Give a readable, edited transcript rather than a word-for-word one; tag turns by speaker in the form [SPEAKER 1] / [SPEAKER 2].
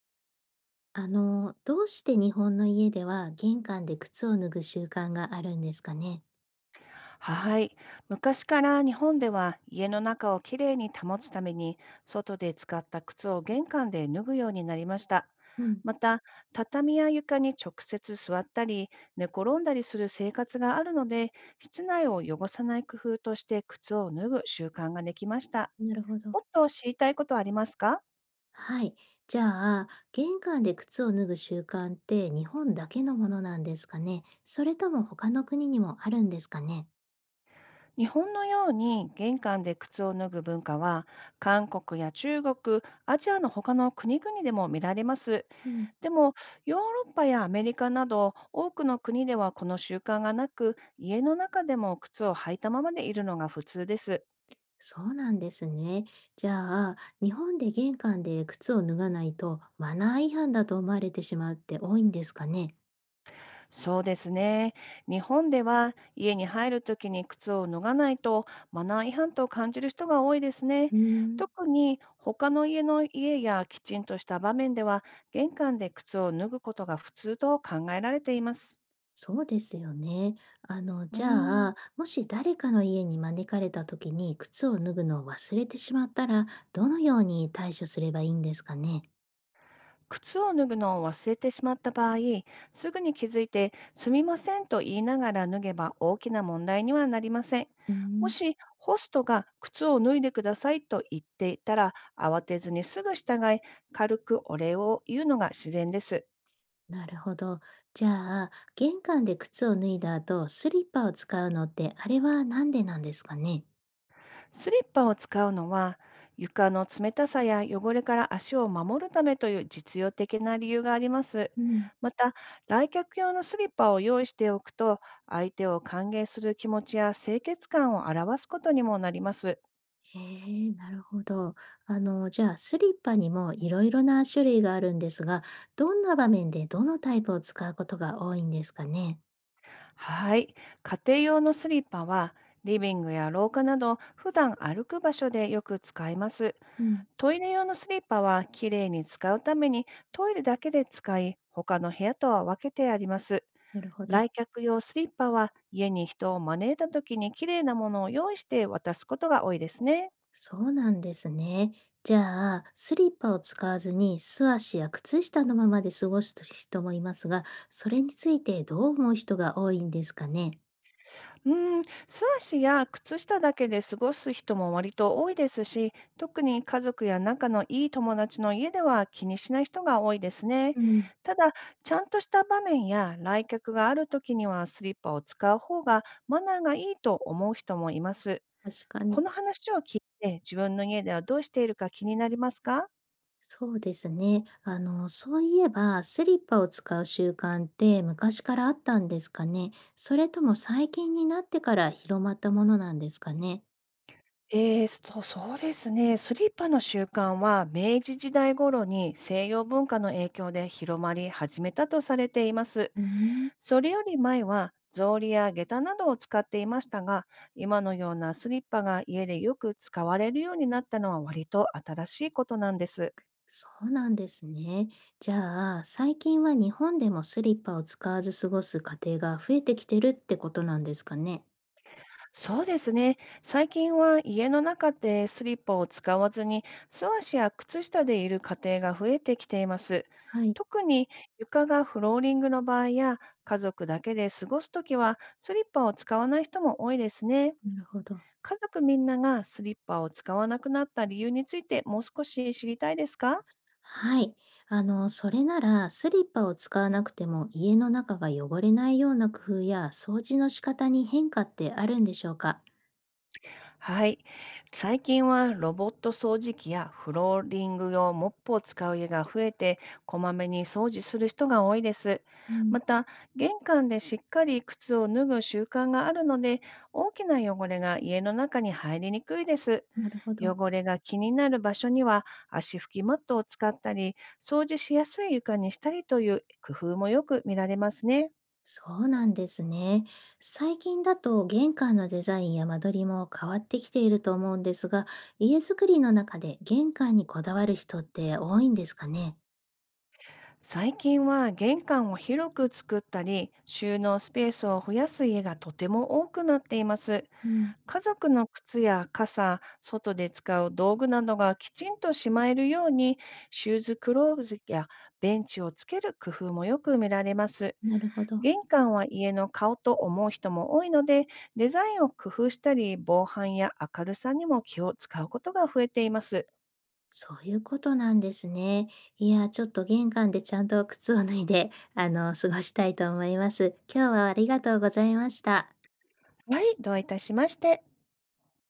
[SPEAKER 1] どうして日本の家では玄関で靴を脱ぐ習慣があるんですかね。
[SPEAKER 2] はい。昔から日本では家の中をきれいに保つために、外で使った靴を玄関で脱ぐようになりました。
[SPEAKER 1] うん。
[SPEAKER 2] また、畳や床に直接座ったり、寝転んだりする生活があるので、室内を汚さない工夫として靴を脱ぐ習慣ができました。
[SPEAKER 1] なるほど。
[SPEAKER 2] もっと知りたいことはありますか？
[SPEAKER 1] はい。じゃあ、玄関で靴を脱ぐ習慣って日本だけのものなんですかね。それとも他の国にもあるんですかね。
[SPEAKER 2] 日本のように玄関で靴を脱ぐ文化は、韓国や中国、アジアの他の国々でも見られます。
[SPEAKER 1] うん。
[SPEAKER 2] でも、ヨーロッパやアメリカなど、多くの国ではこの習慣がなく、家の中でも靴を履いたままでいるのが普通です。
[SPEAKER 1] そうなんですね。じゃあ、日本で玄関で靴を脱がないとマナー違反だと思われてしまうって多いんですかね。
[SPEAKER 2] そうですね。日本では、家に入るときに靴を脱がないと、マナー違反と感じる人が多いですね。
[SPEAKER 1] うん。
[SPEAKER 2] 特に、他の家の家やきちんとした場面では、玄関で靴を脱ぐことが普通と考えられています。
[SPEAKER 1] そうですよね。
[SPEAKER 2] うー
[SPEAKER 1] じゃ
[SPEAKER 2] ん。
[SPEAKER 1] あ、もし誰かの家に招かれた時に靴を脱ぐのを忘れてしまったら、どのように対処すればいいんですかね。
[SPEAKER 2] 靴を脱ぐのを忘れてしまった場合、すぐに気づいて、すみませんと言いながら脱げば大きな問題にはなりません。
[SPEAKER 1] う
[SPEAKER 2] も
[SPEAKER 1] ん。
[SPEAKER 2] し、ホストが靴を脱いでくださいと言っていたら、慌てずにすぐ従い、軽くお礼を言うのが自然です。
[SPEAKER 1] なるほど。じゃあ、玄関で靴を脱いだ後、スリッパを使うのって、あれはなんでなんですかね。
[SPEAKER 2] スリッパを使うのは、床の冷たさや汚れから足を守るためという実用的な理由があります。
[SPEAKER 1] うん。
[SPEAKER 2] また、来客用のスリッパを用意しておくと、相手を歓迎する気持ちや清潔感を表すことにもなります。
[SPEAKER 1] へえ、なるほど。じゃあ、スリッパにもいろいろな種類があるんですが、どんな場面でどのタイプを使うことが多いんですかね。
[SPEAKER 2] はい、家庭用のスリッパは、リビングや廊下など、普段歩く場所でよく使います。
[SPEAKER 1] うん。
[SPEAKER 2] トイレ用のスリッパは、きれいに使うために、トイレだけで使い、他の部屋とは分けてあります。
[SPEAKER 1] なるほど。
[SPEAKER 2] 来客用スリッパは家に人を招いた時にきれいなものを用意して渡すことが多いですね。
[SPEAKER 1] そうなんですね。じゃあ、スリッパを使わずに素足や靴下のままで過ごす人もいますが、それについてどう思う人が多いんですかね。
[SPEAKER 2] うーん、素足や靴下だけで過ごす人も割と多いですし、特に家族や仲のいい友達の家では気にしない人が多いですね。
[SPEAKER 1] うん。
[SPEAKER 2] ただ、ちゃんとした場面や来客がある時にはスリッパを使う方がマナーがいいと思う人もいます。
[SPEAKER 1] 確か
[SPEAKER 2] こ
[SPEAKER 1] に。
[SPEAKER 2] の話を聞いて自分の家ではどうしているか気になりますか？
[SPEAKER 1] そうですね。そういえば、スリッパを使う習慣って昔からあったんですかね。それとも最近になってから広まったものなんですかね。
[SPEAKER 2] そうですね。スリッパの習慣は明治時代頃に西洋文化の影響で広まり始めたとされています。
[SPEAKER 1] うーん。
[SPEAKER 2] それより前は草履や下駄などを使っていましたが、今のようなスリッパが家でよく使われるようになったのは割と新しいことなんです。
[SPEAKER 1] そうなんですね。じゃあ、最近は日本でもスリッパを使わず過ごす家庭が増えてきてるってことなんですかね。
[SPEAKER 2] そうですね。最近は家の中でスリッパを使わずに素足や靴下でいる家庭が増えてきています。
[SPEAKER 1] はい。
[SPEAKER 2] 特に、床がフローリングの場合や家族だけで過ごすときはスリッパを使わない人も多いですね。
[SPEAKER 1] なるほど。
[SPEAKER 2] 家族みんながスリッパを使わなくなった理由についてもう少し知りたいですか？
[SPEAKER 1] はい。それなら、スリッパを使わなくても家の中が汚れないような工夫や掃除の仕方に変化ってあるんでしょうか。
[SPEAKER 2] はい。最近はロボット掃除機やフローリング用モップを使う家が増えて、こまめに掃除する人が多いです。
[SPEAKER 1] うん。
[SPEAKER 2] また、玄関でしっかり靴を脱ぐ習慣があるので、大きな汚れが家の中に入りにくいです。
[SPEAKER 1] なるほど。
[SPEAKER 2] 汚れが気になる場所には足拭きマットを使ったり、掃除しやすい床にしたりという工夫もよく見られますね。
[SPEAKER 1] そうなんですね。最近だと玄関のデザインや間取りも変わってきていると思うんですが、家づくりの中で玄関にこだわる人って多いんですかね。
[SPEAKER 2] 最近は玄関を広く作ったり、収納スペースを増やす家がとても多くなっています。
[SPEAKER 1] うん。
[SPEAKER 2] 家族の靴や傘、外で使う道具などがきちんとしまえるように、シューズクローズやベンチをつける工夫もよく見られます。
[SPEAKER 1] なるほど。
[SPEAKER 2] 玄関は家の顔と思う人も多いので、デザインを工夫したり、防犯や明るさにも気を使うことが増えています。
[SPEAKER 1] そういうことなんですね。いや、ちょっと玄関でちゃんと靴を脱いで、過ごしたいと思います。今日はありがとうございました。
[SPEAKER 2] はい、どういたしまして。